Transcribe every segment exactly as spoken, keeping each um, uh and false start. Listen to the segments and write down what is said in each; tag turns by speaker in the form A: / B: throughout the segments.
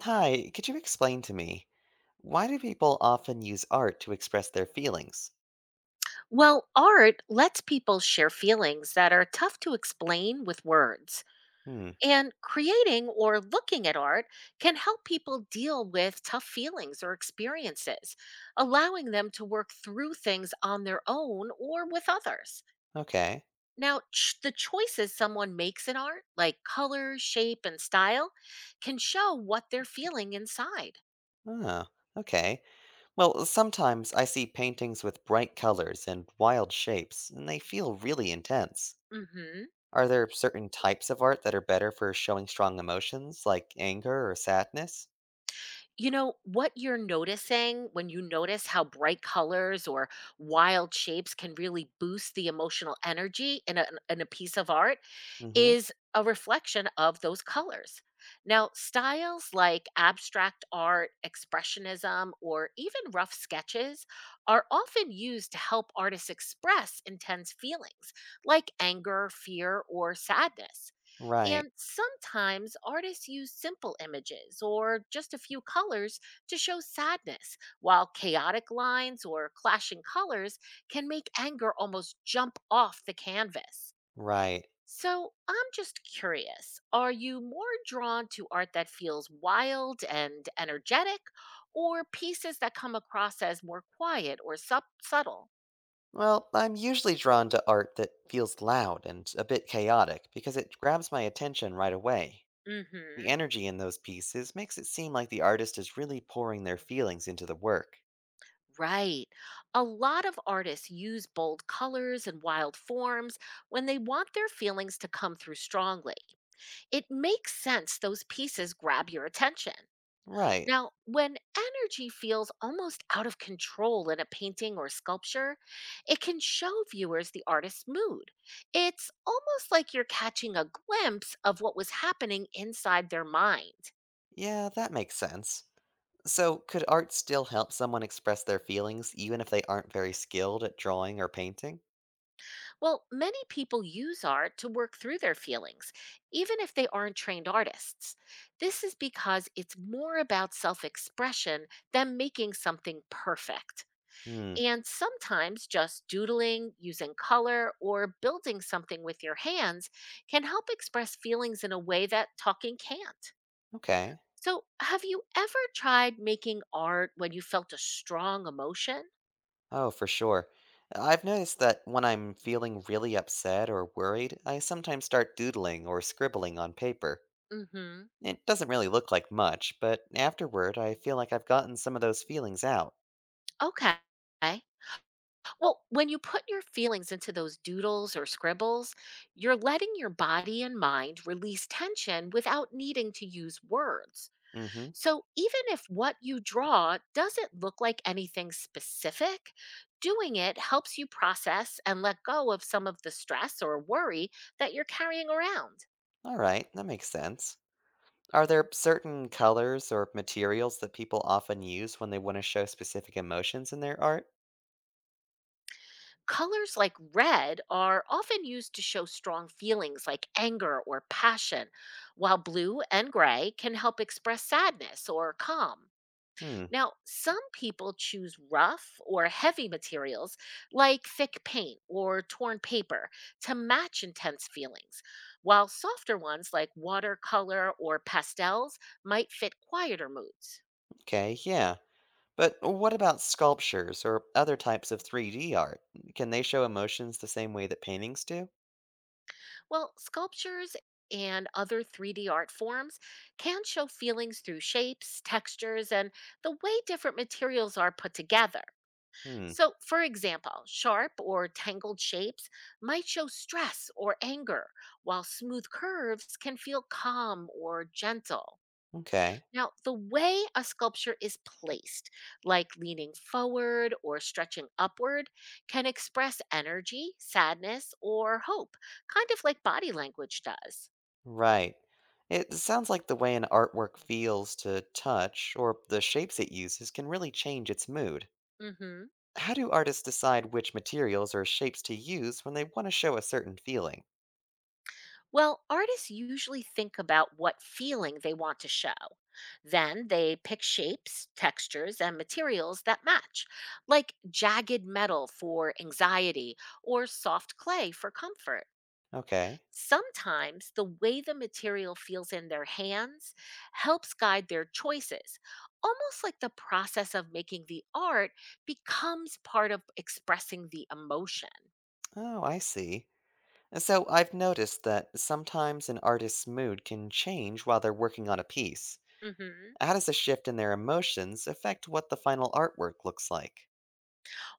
A: Hi, could you explain to me why do people often use art to express their feelings?
B: Well, art lets people share feelings that are tough to explain with words.
A: Hmm,
B: And creating or looking at art can help people deal with tough feelings or experiences, allowing them to work through things on their own or with others.
A: okay.
B: Now, ch- the choices someone makes in art, like color, shape, and style, can show what they're feeling inside.
A: Oh, okay. Well, sometimes I see paintings with bright colors and wild shapes, and they feel really intense.
B: hmm
A: Are there certain types of art that are better for showing strong emotions, like anger or sadness?
B: You know, what you're noticing when you notice how bright colors or wild shapes can really boost the emotional energy in a, in a piece of art
A: Mm-hmm.
B: is a reflection of those colors. Now, styles like abstract art, expressionism, or even rough sketches are often used to help artists express intense feelings like anger, fear, or sadness. And
A: Right,
B: sometimes artists use simple images or just a few colors to show sadness, while chaotic lines or clashing colors can make anger almost jump off the canvas.
A: right.
B: So I'm just curious, are you more drawn to art that feels wild and energetic, or pieces that come across as more quiet or sub- subtle?
A: Well, I'm usually drawn to art that feels loud and a bit chaotic because it grabs my attention right away.
B: Mm hmm.
A: The energy in those pieces makes it seem like the artist is really pouring their feelings into the work.
B: Right. A lot of artists use bold colors and wild forms when they want their feelings to come through strongly. It makes sense those pieces grab your attention.
A: Right.
B: Now, when energy feels almost out of control in a painting or sculpture, it can show viewers the artist's mood. It's almost like you're catching a glimpse of what was happening inside their mind.
A: Yeah, that makes sense. So, could art still help someone express their feelings even if they aren't very skilled at drawing or painting?
B: Well, many people use art to work through their feelings, even if they aren't trained artists. This is because it's more about self expression than making something perfect.
A: Hmm,
B: And sometimes just doodling, using color, or building something with your hands can help express feelings in a way that talking can't.
A: okay.
B: So, have you ever tried making art when you felt a strong emotion?
A: Oh, for sure. I've noticed that when I'm feeling really upset or worried, I sometimes start doodling or scribbling on paper.
B: Mm hmm.
A: It doesn't really look like much, but afterward I feel like I've gotten some of those feelings out.
B: Okay. Well, when you put your feelings into those doodles or scribbles, you're letting your body and mind release tension without needing to use words.
A: Mm hmm.
B: So, even if what you draw doesn't look like anything specific, doing it helps you process and let go of some of the stress or worry that you're carrying around.
A: Alright, that makes sense. Are there certain colors or materials that people often use when they want to show specific emotions in their art?
B: Colors like red are often used to show strong feelings like anger or passion, while blue and gray can help express sadness or calm.
A: Hmm,
B: Now, some people choose rough or heavy materials like thick paint or torn paper to match intense feelings, while softer ones like watercolor or pastels might fit quieter moods.
A: okay, yeah. But what about sculptures or other types of three D art? Can they show emotions the same way that paintings do?
B: Well, sculptures and other three D art forms can show feelings through shapes, textures, and the way different materials are put together.
A: Hmm,
B: So, for example, sharp or tangled shapes might show stress or anger, while smooth curves can feel calm or gentle.
A: okay,
B: Now, the way a sculpture is placed, like leaning forward or stretching upward, can express energy, sadness, or hope, kind of like body language does.
A: right. It sounds like the way an artwork feels to touch or the shapes it uses can really change its mood.
B: hmm
A: How do artists decide which materials or shapes to use when they want to show a certain feeling?
B: Well, artists usually think about what feeling they want to show. Then they pick shapes, textures, and materials that match, like jagged metal for anxiety or soft clay for comfort.
A: Okay.
B: Sometimes the way the material feels in their hands helps guide their choices, almost like the process of making the art becomes part of expressing the emotion.
A: Oh, I see. So I've noticed that sometimes an artist's mood can change while they're working on a piece.
B: hmm
A: How does a shift in their emotions affect what the final artwork looks like?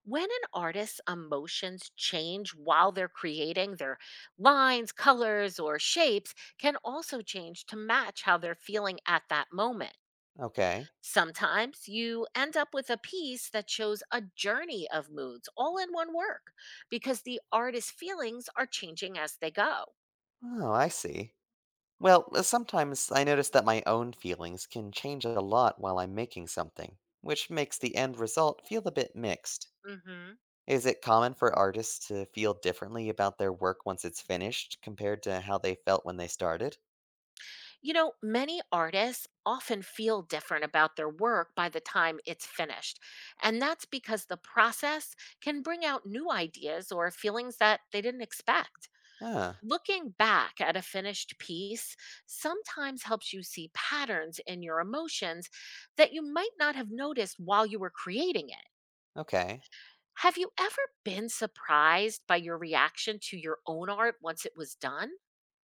B: When an artist's emotions change while they're creating, their lines, colors, or shapes can also change to match how they're feeling at that moment.
A: Okay.
B: Sometimes you end up with a piece that shows a journey of moods all in one work because the artist's feelings are changing as they go.
A: Oh, I see. Well, uh, sometimes I notice that my own feelings can change a lot while I'm making something, which makes the end result feel a bit mixed.
B: hmm
A: Is it common for artists to feel differently about their work once it's finished compared to how they felt when they started?
B: You know, many artists often feel different about their work by the time it's finished. And that's because the process can bring out new ideas or feelings that they didn't expect.
A: Ah,
B: Looking back at a finished piece sometimes helps you see patterns in your emotions that you might not have noticed while you were creating it.
A: okay.
B: Have you ever been surprised by your reaction to your own art once it was done?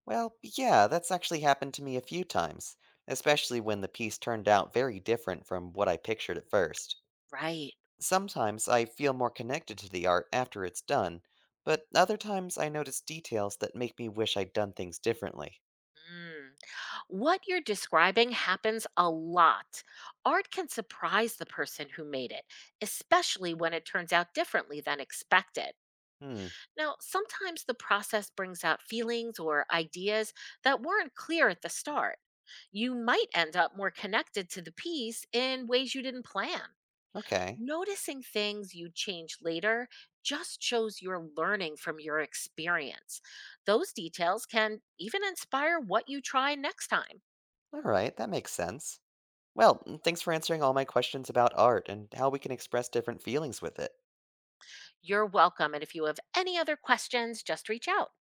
A: Well, yeah, that's actually happened to me a few times, especially when the piece turned out very different from what I pictured at first.
B: Right.
A: Sometimes I feel more connected to the art after it's done, but other times I notice details that make me wish I'd done things differently.
B: Mm. What you're describing happens a lot. Art can surprise the person who made it, especially when it turns out differently than expected.
A: Hmm,
B: Now, sometimes the process brings out feelings or ideas that weren't clear at the start. You might end up more connected to the piece in ways you didn't plan.
A: okay.
B: Noticing things you change later just shows you're learning from your experience. Those details can even inspire what you try next time.
A: Alright, that makes sense. Well, thanks for answering all my questions about art and how we can express different feelings with it.
B: You're welcome. And if you have any other questions, just reach out.